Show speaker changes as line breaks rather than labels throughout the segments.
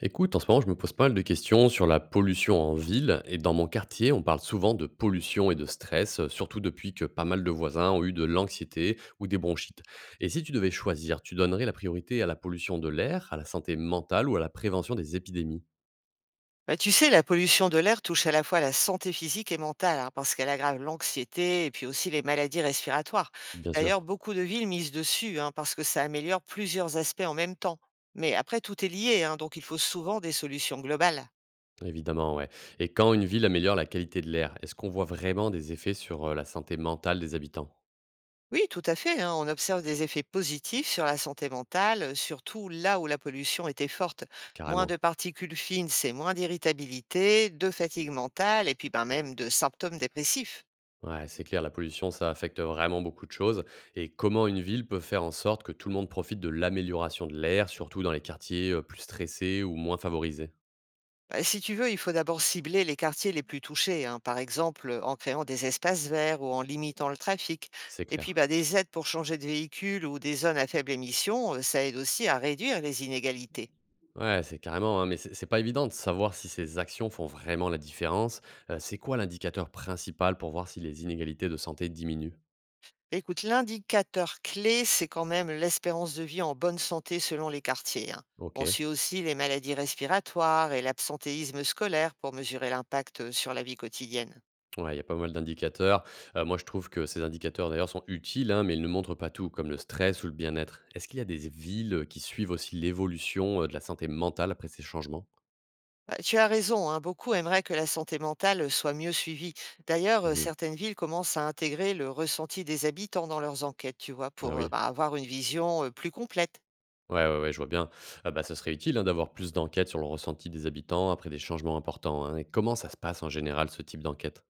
Écoute, en ce moment, je me pose pas mal de questions sur la pollution en ville. Et dans mon quartier, on parle souvent de pollution et de stress, surtout depuis que pas mal de voisins ont eu de l'anxiété ou des bronchites. Et si tu devais choisir, tu donnerais la priorité à la pollution de l'air, à la santé mentale ou à la prévention des épidémies?
Bah, tu sais, la pollution de l'air touche à la fois la santé physique et mentale, hein, parce qu'elle aggrave l'anxiété et puis aussi les maladies respiratoires.
Bien
D'ailleurs,
sûr,
beaucoup de villes misent dessus, hein, parce que ça améliore plusieurs aspects en même temps. Mais après, tout est lié, hein, donc il faut souvent des solutions globales.
évidemment, ouais. Et quand une ville améliore la qualité de l'air, est-ce qu'on voit vraiment des effets sur la santé mentale des habitants?
Oui, tout à fait, hein, on observe des effets positifs sur la santé mentale, surtout là où la pollution était forte. Moins de
Carrément.
particules fines, c'est moins d'irritabilité, de fatigue mentale et puis ben, même de symptômes dépressifs.
Ouais, c'est clair, la pollution, ça affecte vraiment beaucoup de choses. Et comment une ville peut faire en sorte que tout le monde profite de l'amélioration de l'air, surtout dans les quartiers plus stressés ou moins favorisés?
Bah, si tu veux, il faut d'abord cibler les quartiers les plus touchés, hein, par exemple en créant des espaces verts ou en limitant le trafic.
C'est
Et puis
clair.
bah, des aides pour changer de véhicule ou des zones à faible émission, ça aide aussi à réduire les inégalités.
Ouais, c'est carrément, hein, mais c'est pas évident de savoir si ces actions font vraiment la différence. C'est quoi l'indicateur principal pour voir si les inégalités de santé diminuent?
Écoute, l'indicateur clé, c'est quand même l'espérance de vie en bonne santé selon les quartiers, hein.
Ok.
On suit aussi les maladies respiratoires et l'absentéisme scolaire pour mesurer l'impact sur la vie quotidienne.
Ouais, il y a pas mal d'indicateurs. Moi, je trouve que ces indicateurs, d'ailleurs, sont utiles, hein, mais ils ne montrent pas tout, comme le stress ou le bien-être. Est-ce qu'il y a des villes qui suivent aussi l'évolution, de la santé mentale après ces changements?
Bah, tu as raison, hein, beaucoup aimeraient que la santé mentale soit mieux suivie. D'ailleurs,
Mmh.
certaines villes commencent à intégrer le ressenti des habitants dans leurs enquêtes, tu vois,
Ah
pour
oui.
bah, avoir une vision plus complète.
Ouais, ouais, ouais, je vois bien. Ah bah, ça serait utile, hein, d'avoir plus d'enquêtes sur le ressenti des habitants après des changements importants, hein. Et comment ça se passe en général, ce type d'enquête?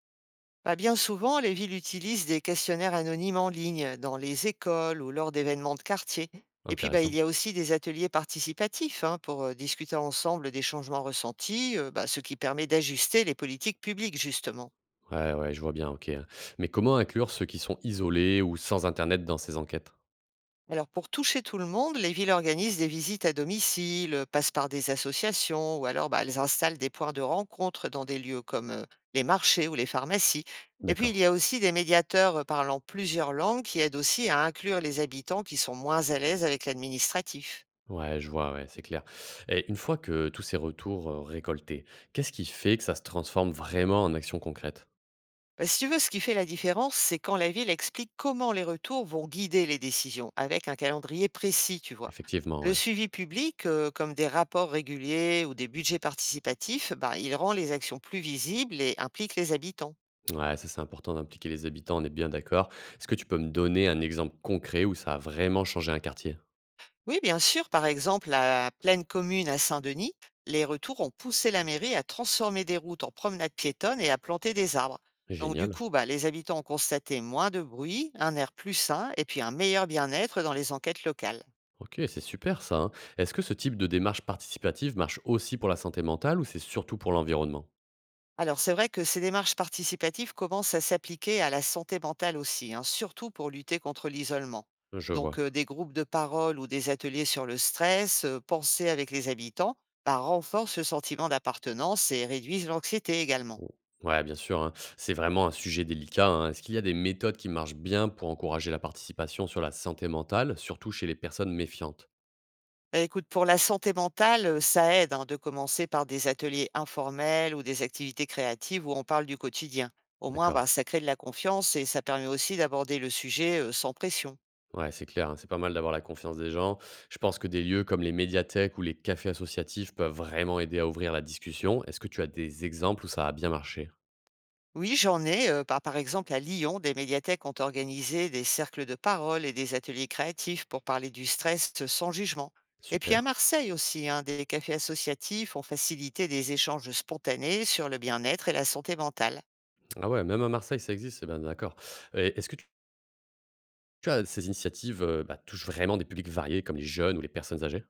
Bah, bien souvent, les villes utilisent des questionnaires anonymes en ligne, dans les écoles ou lors d'événements de quartier. Et puis, bah, il
Intéressant.
y a aussi des ateliers participatifs hein, pour discuter ensemble des changements ressentis, bah, ce qui permet d'ajuster les politiques publiques, justement.
Ouais, ouais, je vois bien, OK, hein. Mais comment inclure ceux qui sont isolés ou sans internet dans ces enquêtes?
Alors, pour toucher tout le monde, les villes organisent des visites à domicile, passent par des associations, ou alors bah, elles installent des points de rencontre dans des lieux comme les marchés ou les pharmacies. Et puis, il
D'accord.
y a aussi des médiateurs parlant plusieurs langues qui aident aussi à inclure les habitants qui sont moins à l'aise avec l'administratif.
Ouais, je vois, ouais, c'est clair. Et une fois que tous ces retours récoltés, qu'est-ce qui fait que ça se transforme vraiment en action concrète?
Bah, si tu veux, ce qui fait la différence, c'est quand la ville explique comment les retours vont guider les décisions, avec un calendrier précis, tu vois.
Effectivement,
Le
ouais.
suivi public, comme des rapports réguliers ou des budgets participatifs, bah, il rend les actions plus visibles et implique les habitants.
Ouais, ça c'est important d'impliquer les habitants, on est bien d'accord. Est-ce que tu peux me donner un exemple concret où ça a vraiment changé un quartier?
Oui, bien sûr, par exemple, à Pleine Commune à Saint-Denis, les retours ont poussé la mairie à transformer des routes en promenades piétonnes et à planter des arbres. Donc du
Génial.
coup, bah, les habitants ont constaté moins de bruit, un air plus sain et puis un meilleur bien-être dans les enquêtes locales.
Ok, c'est super ça, hein. Est-ce que ce type de démarche participative marche aussi pour la santé mentale ou c'est surtout pour l'environnement?
Alors, c'est vrai que ces démarches participatives commencent à s'appliquer à la santé mentale aussi, hein, surtout pour lutter contre l'isolement.
Je
Donc,
vois.
des groupes de parole ou des ateliers sur le stress, pensés avec les habitants, bah, renforcent le sentiment d'appartenance et réduisent l'anxiété également.
O ouais, bien sûr, hein. C'est vraiment un sujet délicat, hein. Est-ce qu'il y a des méthodes qui marchent bien pour encourager la participation sur la santé mentale, surtout chez les personnes méfiantes?
Bah, écoute, pour la santé mentale, ça aide hein, de commencer par des ateliers informels ou des activités créatives où on parle du quotidien. Au moins, bah,
D'accord.
ça crée de la confiance et ça permet aussi d'aborder le sujet sans pression.
Ouais, c'est clair, hein, c'est pas mal d'avoir la confiance des gens. Je pense que des lieux comme les médiathèques ou les cafés associatifs peuvent vraiment aider à ouvrir la discussion. Est-ce que tu as des exemples où ça a bien marché?
Oui, j'en ai. Par exemple, à Lyon, des médiathèques ont organisé des cercles de parole et des ateliers créatifs pour parler du stress sans jugement. Et puis à
Super.
Marseille aussi, hein, des cafés associatifs ont facilité des échanges spontanés sur le bien-être et la santé mentale.
Ah ouais, même à Marseille, ça existe, c'est bien d'accord. Et est-ce que tu tu as ces initiatives, bah, touchent vraiment des publics variés comme les jeunes ou les personnes âgées?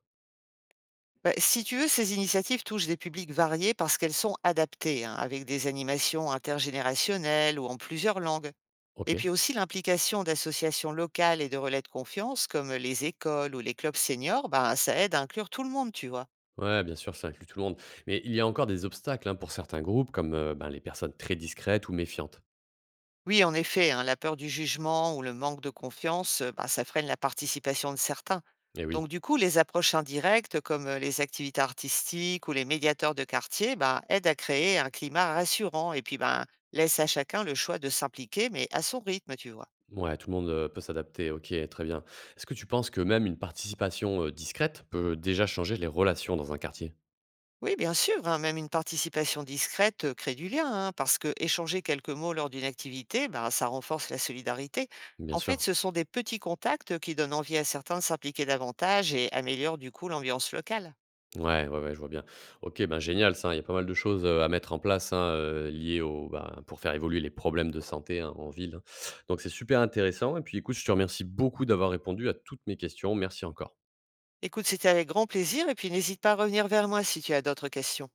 Bah, si tu veux, ces initiatives touchent des publics variés parce qu'elles sont adaptées, hein, avec des animations intergénérationnelles ou en plusieurs langues. Et
OK.
puis aussi l'implication d'associations locales et de relais de confiance comme les écoles ou les clubs seniors, bah, ça aide à inclure tout le monde, tu vois.
Ouais, bien sûr, ça inclut tout le monde. Mais il y a encore des obstacles hein, pour certains groupes, comme ben, les personnes très discrètes ou méfiantes.
Oui, en effet, hein, la peur du jugement ou le manque de confiance, bah, ça freine la participation de certains.
Eh oui,
Donc du coup, les approches indirectes comme les activités artistiques ou les médiateurs de quartier bah, aident à créer un climat rassurant et puis bah, laissent à chacun le choix de s'impliquer, mais à son rythme, tu vois.
ouais, tout le monde peut s'adapter, ok, très bien. Est-ce que tu penses que même une participation discrète peut déjà changer les relations dans un quartier?
Oui, bien sûr, hein, même une participation discrète crée du lien, hein, parce que échanger quelques mots lors d'une activité, ben, ça renforce la solidarité.
Bien
En fait,
sûr.
ce sont des petits contacts qui donnent envie à certains de s'impliquer davantage et améliorent du coup l'ambiance locale.
Ouais, ouais, ouais, je vois bien. Ok, ben génial, ça. Il y a pas mal de choses à mettre en place hein, liées au, ben, pour faire évoluer les problèmes de santé hein, en ville. Hein. Donc c'est super intéressant. Et puis écoute, je te remercie beaucoup d'avoir répondu à toutes mes questions. Merci encore.
Écoute, c'était avec grand plaisir et puis n'hésite pas à revenir vers moi si tu as d'autres questions.